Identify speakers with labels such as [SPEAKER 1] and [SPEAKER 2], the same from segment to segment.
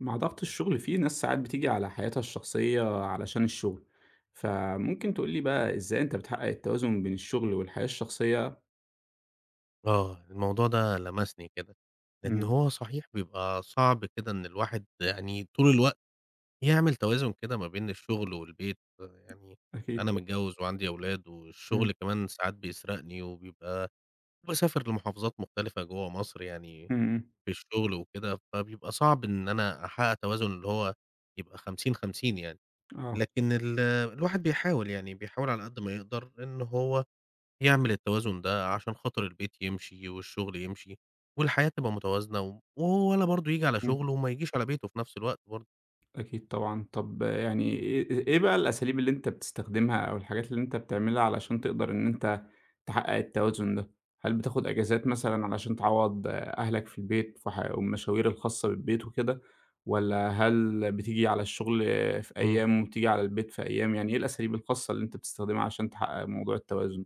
[SPEAKER 1] مع ضغط الشغل في ناس ساعات بتيجي على حياتها الشخصية علشان الشغل، فممكن تقولي بقى ازاي انت بتحقق التوازن بين الشغل والحياة الشخصية؟
[SPEAKER 2] آه، الموضوع ده لمسني كده، لإن
[SPEAKER 1] امم.
[SPEAKER 2] هو صحيح بيبقى صعب كده إن الواحد يعني طول الوقت يعمل توازن كده ما بين الشغل والبيت، يعني
[SPEAKER 1] اكيد.
[SPEAKER 2] أنا متجوّز وعندي أولاد
[SPEAKER 1] امم.
[SPEAKER 2] والشغل كمان ساعات بيسرقني وبيبقى باسافر لمحافظات مختلفة جوّه مصر يعني
[SPEAKER 1] امم.
[SPEAKER 2] في الشغل وكده، فبيبقى صعب إن أنا أحقق توازن اللي هو يبقى 50، 50 يعني،
[SPEAKER 1] اه.
[SPEAKER 2] لكن الواحد بيحاول بيحاول على قد ما يقدر إن هو يعمل التوازن ده عشان خاطر البيت يمشي والشغل يمشي، والحياة تبقى متوازنة وهو ولا برضه ييجي على شغله وما يجيش على بيته في نفس الوقت برضه.
[SPEAKER 1] أكيد طبعًا. طب يعني إيه بقى الأساليب اللي أنت بتستخدمها أو الحاجات اللي أنت بتعملها علشان تقدر إن أنت تحقق التوازن ده؟ هل بتاخد أجازات مثلًا علشان تعوّض أهلك في البيت في ح والمشاوير الخاصة بالبيت وكده، والّا هل بتيجي على الشغل في
[SPEAKER 2] إمم.
[SPEAKER 1] أيام وبتيجي على البيت في أيام، يعني إيه الأساليب الخاصة اللي أنت بتستخدمها عشان تحقق موضوع التوازن؟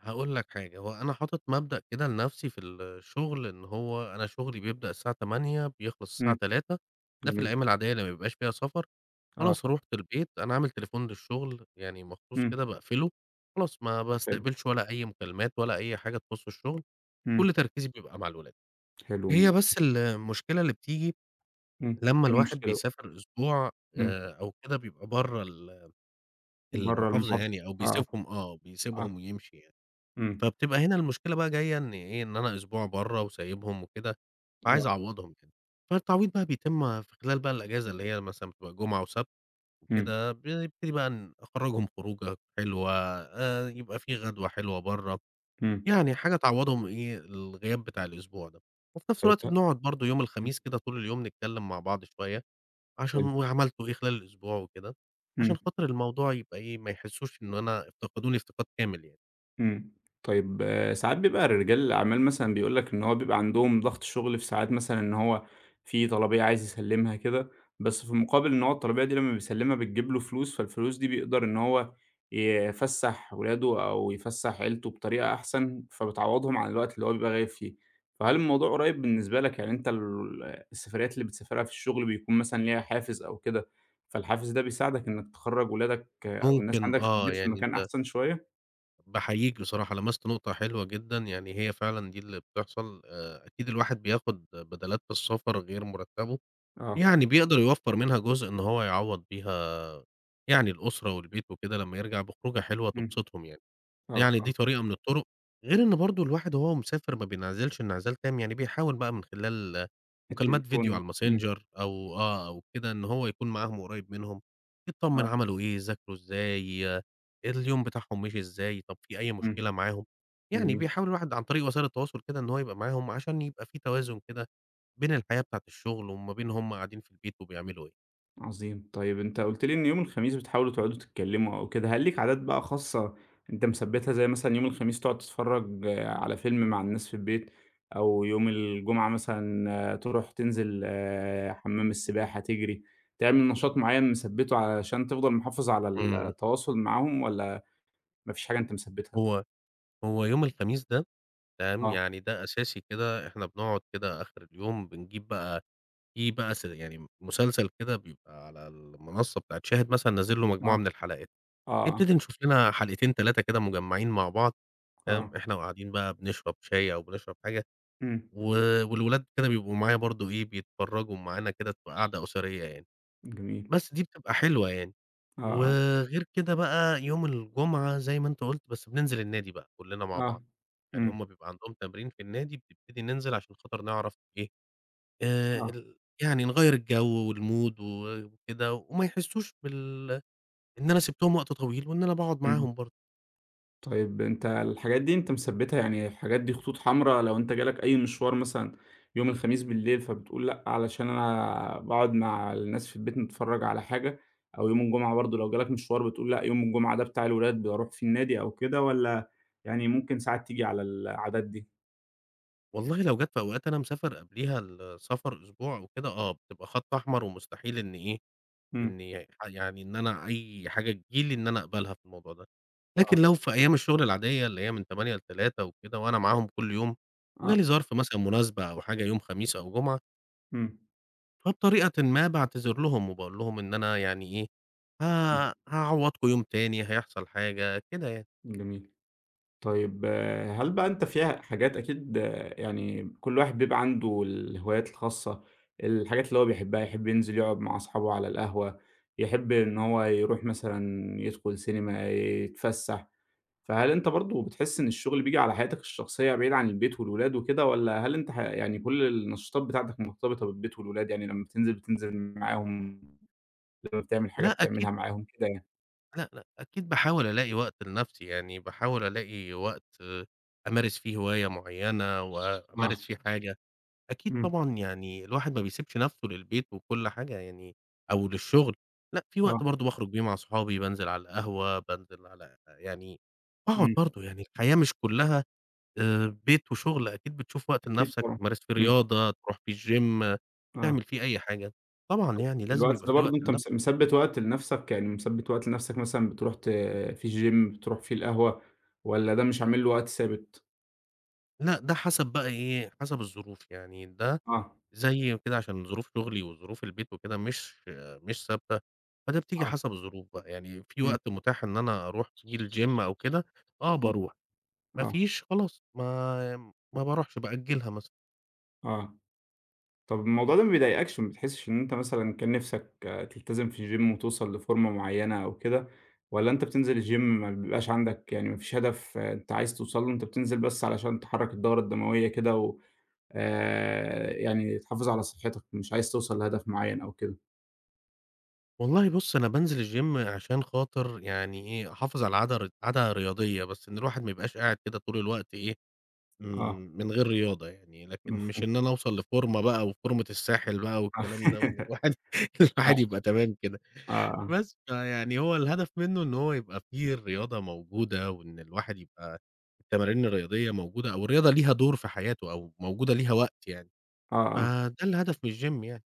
[SPEAKER 2] هاقول لك حاجة، هو أنا حاطط مبدأ كده لنفسي في الشغل إن هو أنا شغلي بيبدأ الساعة 08:00 بيخلص الساعة
[SPEAKER 1] إمم.
[SPEAKER 2] 15:00 ده في
[SPEAKER 1] جميل.
[SPEAKER 2] الأيام العادية اللي ما بيبقاش فيها سفر،
[SPEAKER 1] آه.
[SPEAKER 2] خلاص روحت البيت أنا عامل تليفون للشغل يعني مخصوص
[SPEAKER 1] إمم.
[SPEAKER 2] كده باقفله، خلاص ما
[SPEAKER 1] حلو.
[SPEAKER 2] باستقبلش ولا أي مكالمات ولا أي حاجة تخص الشغل،
[SPEAKER 1] إمم.
[SPEAKER 2] كل تركيزي بيبقى مع الولاد.
[SPEAKER 1] حلو
[SPEAKER 2] هي
[SPEAKER 1] الموضوع.
[SPEAKER 2] بس المشكلة اللي بتيجي
[SPEAKER 1] إمم،
[SPEAKER 2] لمّا
[SPEAKER 1] إيه
[SPEAKER 2] الواحد
[SPEAKER 1] المشكلة بقى؟
[SPEAKER 2] بيسافر أسبوع
[SPEAKER 1] إمم،
[SPEAKER 2] أو كده بيبقى برّه
[SPEAKER 1] برّه
[SPEAKER 2] المحافظة
[SPEAKER 1] المحافظة.
[SPEAKER 2] يعني أو
[SPEAKER 1] آه.
[SPEAKER 2] بيسيبهم آه،
[SPEAKER 1] آه.
[SPEAKER 2] بيسيبهم ويمشي يعني،
[SPEAKER 1] إمم.
[SPEAKER 2] فبتبقى هنا المشكلة بقى جاية إن إيه، إن أنا أسبوع برّه وسايبهم وكده،
[SPEAKER 1] آه.
[SPEAKER 2] فعايز أعوّضهم يعني، فالتعويض بقى بيتم في خلال بقى الأجازة اللي هي مثلًا بتبقى جمعة وسبت
[SPEAKER 1] إمم.
[SPEAKER 2] وكده، بنبتدي بقى أخرّجهم خروجة حلوة يبقى في غدوة حلوة برّه،
[SPEAKER 1] إمم.
[SPEAKER 2] يعني حاجة تعوّضهم إيه، الغياب بتاع الأسبوع ده، وفي نفس الوقت
[SPEAKER 1] فاهمها؟
[SPEAKER 2] بنقعد برضه يوم
[SPEAKER 1] إمم.
[SPEAKER 2] الخميس كده طول اليوم نتكلم مع بعض شوية. عشان
[SPEAKER 1] حلو.
[SPEAKER 2] وعملته إيه خلال الأسبوع وكده، عشان
[SPEAKER 1] مم.
[SPEAKER 2] خاطر الموضوع يبقى إيه، ما يحسّوش إن أنا افتقدوني افتقاد كامل يعني.
[SPEAKER 1] إمم. طيب آه، ساعات بيبقى رجال الأعمال مثلًا بيقول لك إن هو بيبقى عندهم ضغط شغل في ساعات، مثلًا إن هو في طلبية عايز يسلِّمها كده، بس في المقابل إن هو الطلبية دي لمّا بيسلِّمها بتجيب له فلوس، فالفلوس دي بيقدر إن هو يفسّح ولاده أو يفسّح عيلته بطريقة أحسن، فبتعوّضهم عن الوقت اللي هو بيبقى غايب فيه. فهل الموضوع قريب بالنسبة لك؟ يعني أنت السفريات اللي بتسافرها في الشغل بيكون مثلًا ليها حافز أو كده، فالحافز ده بيساعدك إنك تخرّج ولادك، آه، أو الناس
[SPEAKER 2] ممكن
[SPEAKER 1] عندك في
[SPEAKER 2] آه،
[SPEAKER 1] البيت في
[SPEAKER 2] يعني
[SPEAKER 1] مكان
[SPEAKER 2] أنت
[SPEAKER 1] أحسن شوية؟
[SPEAKER 2] باحييك بصراحة لمست نقطة حلوة جدًا، يعني هي فعلًا دي اللي بتحصل أكيد الواحد بياخد بدَلات في السفر غير مرتّبه،
[SPEAKER 1] آه.
[SPEAKER 2] يعني بيقدر يوفّر منها جزء إن هو يعوّض بيها يعني الأسرة والبيت وكده لمّا يرجع بخروجة حلوة
[SPEAKER 1] إمم.
[SPEAKER 2] تبسطهم يعني.
[SPEAKER 1] آه.
[SPEAKER 2] يعني
[SPEAKER 1] آه.
[SPEAKER 2] دي طريقة من الطرق، غير إن برضه الواحد وهو مسافر ما بينعزلش انعزال تام، يعني بيحاول بقى من خلال مكالمات
[SPEAKER 1] التليفون
[SPEAKER 2] فيديو
[SPEAKER 1] و
[SPEAKER 2] على الMessenger أو أو كده إن هو يكون معاهم وقريب منهم، يتطمن
[SPEAKER 1] آه.
[SPEAKER 2] عملوا إيه، ذاكروا إزاي، آه، اليوم بتاعهم مشي إزاي، طب في أي
[SPEAKER 1] إمم.
[SPEAKER 2] مشكلة معاهم، يعني
[SPEAKER 1] جميل.
[SPEAKER 2] بيحاول الواحد عن طريق وسائل التواصل كده إن هو يبقى معاهم عشان يبقى في توازن كده بين الحياة بتاعة الشغل وما بين هم قاعدين في البيت وبيعملوا إيه.
[SPEAKER 1] عظيم. طيب أنت قُلت لي إن يوم الخميس بتحاولوا تقعدوا تتكلموا أو كده، هل ليك عادات بقى خاصة أنت مثبّتها، زي مثلًا يوم الخميس تقعد تتفرّج على فيلم مع الناس في البيت، أو يوم الجمعة مثلًا تروح تنزل حمام السباحة، تجري، تعمل نشاط معيّن مثبّته علشان تفضل محافظ على
[SPEAKER 2] إمم.
[SPEAKER 1] التواصل معاهم، والّا ما فيش حاجة أنت مثبّتها؟
[SPEAKER 2] هو هو يوم الخميس ده تمام،
[SPEAKER 1] آه.
[SPEAKER 2] يعني ده أساسي كده، إحنا بنقعد كده آخر اليوم بنجيب بقى في بقى يعني مسلسل كده بيبقى على المنصة بتاعة شاهد مثلًا نازل له
[SPEAKER 1] آه.
[SPEAKER 2] مجموعة من
[SPEAKER 1] آه.
[SPEAKER 2] الحلقات،
[SPEAKER 1] آه.
[SPEAKER 2] نبتدي نشوف لنا حلقتين 3 كده مجمّعين مع بعض، فاهم،
[SPEAKER 1] آه.
[SPEAKER 2] إحنا وقاعدين بقى بنشرب شاي أو بنشرب حاجة،
[SPEAKER 1] إمم.
[SPEAKER 2] و والولاد كده بيبقوا معايا برضه إيه، بيتفرّجوا معانا كده، تبقى قعدة أسرية يعني.
[SPEAKER 1] جميل.
[SPEAKER 2] بس دي بتبقى حلوة يعني.
[SPEAKER 1] آه. آه.
[SPEAKER 2] وغير كده بقى يوم الجمعة زي ما أنت قُلت، بس بننزل النادي بقى كلّنا مع
[SPEAKER 1] آه.
[SPEAKER 2] بعض، يعني
[SPEAKER 1] إمم.
[SPEAKER 2] هُم بيبقى عندهم تمرين في النادي بنبتدي ننزل عشان خاطر نعرف إيه،
[SPEAKER 1] آه.
[SPEAKER 2] يعني نغيّر الجو والمود وكده وما يحسّوش إن أنا سِبتهم وقت طويل وإن أنا باقعد
[SPEAKER 1] إمم.
[SPEAKER 2] معاهم برضه.
[SPEAKER 1] طيب أنت الحاجات دي أنت مثبّتها، يعني الحاجات دي خطوط حمرا، لو أنت جالك أي مشوار مثلًا يوم الخميس بالليل فبتقول لأ علشان أنا باقعد مع الناس في البيت نتفرّج على حاجة، أو يوم الجمعة برضه لو جالك مشوار بتقول لأ يوم الجمعة ده بتاع الولاد باروح فيه النادي أو كده، والّا يعني ممكن ساعات تيجي على العادات دي؟
[SPEAKER 2] والله لو جات في أوقات أنا مسافر قبليها السفر أسبوع أو كده، آه، بتبقى خَط أحمر ومستحيل إن إيه
[SPEAKER 1] إمم.
[SPEAKER 2] إني يعني إن أنا أي حاجة تيجي لي إن أنا أقبلها في الموضوع ده.
[SPEAKER 1] آه.
[SPEAKER 2] لكن لو في أيام الشغل العادية اللي هي من 08:00 ل15:00 وكده وأنا معاهم كل يوم، وجه
[SPEAKER 1] آه.
[SPEAKER 2] لي ظرف مثلًا مناسبة أو حاجة يوم خميس أو جمعة،
[SPEAKER 1] إمم.
[SPEAKER 2] فبطريقةً ما باعتذر لهم وباقول لهم إن أنا يعني إيه، ه
[SPEAKER 1] إمم.
[SPEAKER 2] هاعوّضكم يوم تاني، هيحصل حاجة، كده يعني.
[SPEAKER 1] جميل. طيب آه، هل بقى أنت فيها حاجات؟ أكيد آه، يعني كل واحد بيبقى عنده الهوايات الخاصة، الحاجات اللي هو بيحبها، يحب ينزل يقعد مع أصحابه على القهوة، يحب إن هو يروح مثلا يدخل سينما يتفسح. فهل أنت برضو بتحس إن الشغل بيجي على حياتك الشخصية بعيد عن البيت والولاد وكده، ولا هل يعني كل النشاطات بتاعتك مرتبطة بالبيت والولاد، يعني لما بتنزل بتنزل معاهم، لما بتعمل حاجة
[SPEAKER 2] لأ أكيد
[SPEAKER 1] بتعملها معاهم كده يعني؟
[SPEAKER 2] لأ، لأ، أكيد باحاول ألاقي وقت لنفسي، يعني باحاول ألاقي وقت أمارس فيه هواية معيّنة
[SPEAKER 1] اه.
[SPEAKER 2] وأمارس فيه حاجة. أكيد
[SPEAKER 1] امم.
[SPEAKER 2] طبعًا، يعني الواحد ما بيسيبش نَفْسه للبيت وكل حاجة يعني أو للشغل، لأ في وقت
[SPEAKER 1] اه.
[SPEAKER 2] برضه باخرج بيه مع صحابي، بانزل على القهوة، بانزل على يعني باقعد
[SPEAKER 1] امم.
[SPEAKER 2] برضه، يعني الحياة مش كلّها بيت وشغل، أكيد بتشوف وقت
[SPEAKER 1] أكيد
[SPEAKER 2] لنَفْسك
[SPEAKER 1] طبعا.
[SPEAKER 2] تمارس فيه
[SPEAKER 1] امم.
[SPEAKER 2] رياضة، تروح فيه الgym
[SPEAKER 1] آه.
[SPEAKER 2] تعمل فيه أي حاجة، طبعًا يعني لازم
[SPEAKER 1] الوقت
[SPEAKER 2] يبقى
[SPEAKER 1] ده
[SPEAKER 2] في وقت
[SPEAKER 1] برضه أنت
[SPEAKER 2] لنَفْسك،
[SPEAKER 1] مثبّت وقت لنَفْسك؟ يعني مثبّت وقت لنَفْسك مثلًا بتروح فيه الgym، بتروح فيه القهوة، والّا ده مش عامل له وقت ثابت؟
[SPEAKER 2] لأ ده حسب بقى إيه، حسب الظروف يعني ده
[SPEAKER 1] آه.
[SPEAKER 2] زي كده عشان ظروف شغلي وظروف البيت وكده مش ثابتة، فده بتيجي
[SPEAKER 1] آه.
[SPEAKER 2] حسب الظروف بقى، يعني في
[SPEAKER 1] إمم.
[SPEAKER 2] وقت متاح إن أنا أروح فيه الgym أو كده، آه
[SPEAKER 1] إمم.
[SPEAKER 2] باروح، ما
[SPEAKER 1] آه.
[SPEAKER 2] فيش خلاص ما باروحش بأجلها مثلًا.
[SPEAKER 1] آه. طَب الموضوع ده ما بيضايقكش؟ ما بتحسّش إن أنت مثلًا كان نِفْسك آه، تلتزم في الgym وتوصل لفورمة معيّنة أو كده، والّا أنت بتنزل الgym ما بيبقاش عندك يعني ما فيش هدف آه، أنت عايز توصل له، أنت بتنزل بس علشان تحرّك الدورة الدموية كده و يعني تحافظ على صحّتك، مش عايز توصل لهدف معيّن أو كده؟
[SPEAKER 2] والله بُص أنا بانزل الgym عشان خاطر يعني إيه، أحافظ على عادة رياضية، بس إن الواحد ما يبقاش قاعد كده طول الوقت إيه،
[SPEAKER 1] آه.
[SPEAKER 2] من غير رياضة يعني، لكن مش
[SPEAKER 1] مفهوم.
[SPEAKER 2] إن أنا أوصل لفورمة بقى وفورمة الساحل بقى
[SPEAKER 1] آه.
[SPEAKER 2] والكلام ده، وإن الواحد الواحد
[SPEAKER 1] آه.
[SPEAKER 2] يبقى تمام كده.
[SPEAKER 1] آه. آه.
[SPEAKER 2] بس، فيعني هو الهدف منّه إن هو يبقى في الرياضة موجودة، وإن الواحد يبقى التمارين الرياضية موجودة، أو الرياضة ليها دور في حياته أو موجودة ليها وقت يعني،
[SPEAKER 1] آه.
[SPEAKER 2] فده الهدف من الGym يعني.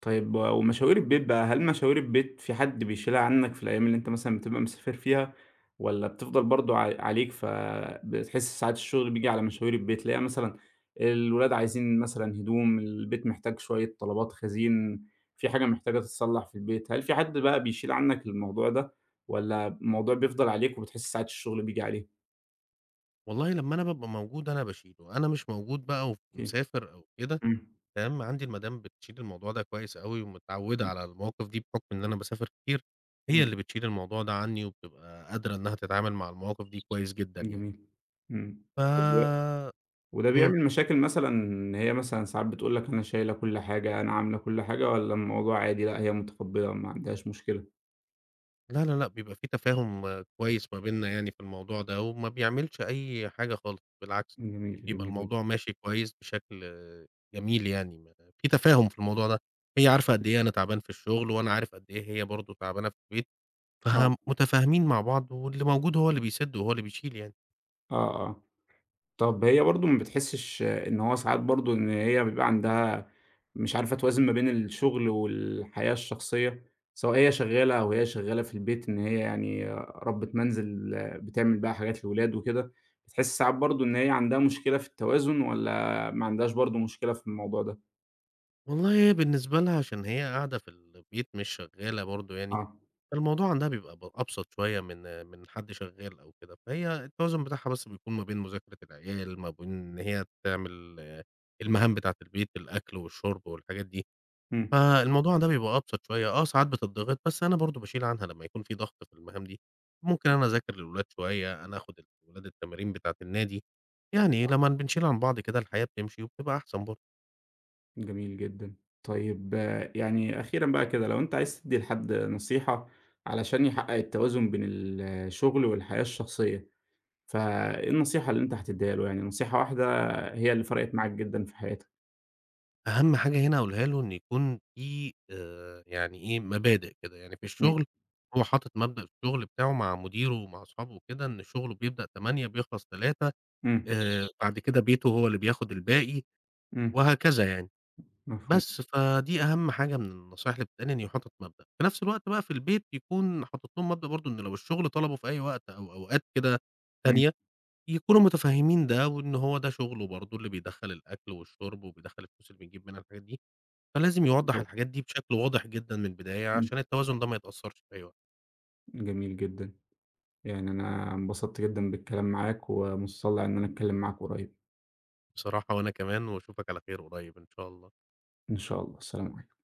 [SPEAKER 1] طيب ومشاوير البيت بقى، هل مشاوير البيت في حد بيشيلها عنك في الأيام اللي أنت مثلًا بتبقى مسافر فيها، والّا بتفضل برضه عليك فبتحس ساعات الشغل بييجي على مشاوير البيت، اللي هي مثلًا الولاد عايزين مثلًا هدوم، البيت محتاج شوية طلبات خزين، في حاجة محتاجة تتصلح في البيت، هل في حد بقى بيشيل عنك الموضوع ده، والّا الموضوع بيفضل عليك وبتحس ساعات الشغل بييجي عليه؟
[SPEAKER 2] والله لمّا أنا بابقى موجود أنا باشيله، أنا مش موجود بقى
[SPEAKER 1] أكيد.
[SPEAKER 2] ومسافر أو كده
[SPEAKER 1] إمم.
[SPEAKER 2] تمام، عندي المدام بتشيل الموضوع ده كويس أوي ومتعوّدة
[SPEAKER 1] إمم.
[SPEAKER 2] على المواقف دي بحُكم إن أنا باسافر كتير، هي
[SPEAKER 1] إمم.
[SPEAKER 2] اللي بتشيل الموضوع ده عنّي وبتبقى قادرة إنّها تتعامل مع المواقف دي كويس جدًا يعني.
[SPEAKER 1] جميل. إمم.
[SPEAKER 2] ف
[SPEAKER 1] طب و وده
[SPEAKER 2] إمم.
[SPEAKER 1] بيعمل مشاكل مثلا، إن هي مثلا ساعات بتقول لك أنا شايلة كل حاجة، أنا عاملة كل حاجة، والّا الموضوع عادي لأ هي متقبلة ما عندهاش مشكلة؟
[SPEAKER 2] لا، لا، لأ، بيبقى في تفاهم آه، كويس ما بيننا يعني في الموضوع ده، وما بيعملش أي حاجة خالص، بالعكس
[SPEAKER 1] جميل،
[SPEAKER 2] بيبقى
[SPEAKER 1] جميل جدًا.
[SPEAKER 2] الموضوع ماشي كويس بشكل آه، جميل يعني، ما في تفاهم في الموضوع ده، هي عارفة قد إيه أنا تعبان في الشغل، وأنا عارف قد إيه هي برضه تعبانة في البيت،
[SPEAKER 1] آه.
[SPEAKER 2] فه متفاهمين مع بعض، واللي موجود هو اللي بيسِد وهو اللي بيشيل يعني.
[SPEAKER 1] آه. آه. طب هي برضه ما بتحسش إن هو ساعات برضه إن هي بيبقى عندها مش عارفة توازن ما بين الشغل والحياة الشخصية، سواء هي شغالة أو هي شغالة في البيت، إن هي يعني ربة منزل بتعمل بقى حاجات للولاد وكده، بتحس ساعات برضه إن هي عندها مشكلة في التوازن، والّا ما عندهاش برضه مشكلة في الموضوع ده؟
[SPEAKER 2] والله هي بالنسبة لها عشان هي قاعدة في البيت مش شغالة برضه يعني،
[SPEAKER 1] آه.
[SPEAKER 2] فالموضوع عندها بيبقى أبسط شوية من حد شغال أو كده، فهي التوازن بتاعها بس بيكون ما بين مذاكرة العيال، ما بين إن هي تعمل آه، المهام بتاعة البيت، الأكل والشرب والحاجات دي،
[SPEAKER 1] إمم.
[SPEAKER 2] فالموضوع ده بيبقى أبسط شوية، آه ساعات بتضغط بس أنا برضه باشيل عنها لمّا يكون في ضغط في المهام دي، ممكن أنا أذاكر للولاد شوية، أنا آخد الولاد التمارين بتاعة النادي، يعني لمّا بنشيل عن بعض كده الحياة بتمشي وبتبقى أحسن برضه.
[SPEAKER 1] جميل جدًا. طيب آه، يعني أخيرًا بقى كده، لو أنت عايز تدّي لحد نصيحة علشان يحقق التوازن بين الشغل والحياة الشخصية، فإيه النصيحة اللي أنت هتدّيها له؟ يعني نصيحة واحدة هي اللي فرقت معاك جدًا في حياتك؟
[SPEAKER 2] أهم حاجة هنا هاقولها له إن يكون في يعني إيه، مبادئ كده، يعني في
[SPEAKER 1] إمم.
[SPEAKER 2] الشغل هو حاطط مبدأ في الشغل بتاعه مع مديره ومع أصحابه وكده، إن شغله بيبدأ 08:00 بيخلص 15:00
[SPEAKER 1] إمم.
[SPEAKER 2] بعد كده بيته هو اللي بياخد الباقي
[SPEAKER 1] إمم.
[SPEAKER 2] وهكذا يعني.
[SPEAKER 1] مفهوم.
[SPEAKER 2] بس، فدي أهم حاجة من النصايح اللي بتتقال إن يبقى حاطط مبدأ. في نفس الوقت بقى في البيت يكون حاطط لهم مبدأ برضه إن لو الشغل طلبه في أي وقت أو أوقات كده
[SPEAKER 1] إمم.
[SPEAKER 2] تانية، يكونوا متفهمين ده وإن هو ده شغله برضه اللي بيدخّل الأكل والشرب وبيدخّل الفلوس اللي بنجيب منها الحاجات دي. فلازم يوضّح
[SPEAKER 1] طب
[SPEAKER 2] الحاجات دي بشكل واضح جدًا من البداية،
[SPEAKER 1] إمم.
[SPEAKER 2] عشان التوازن ده ما يتأثّرش في أي وقت.
[SPEAKER 1] جميل جدًا. يعني أنا انبسطت جدًا بالكلام معاك ومُتطلّع إن أنا أتكلم معاك قريب.
[SPEAKER 2] بصراحة وأنا كمان وأشوفك على خير قريب إن شاء الله.
[SPEAKER 1] إن شاء الله، السلام عليكم.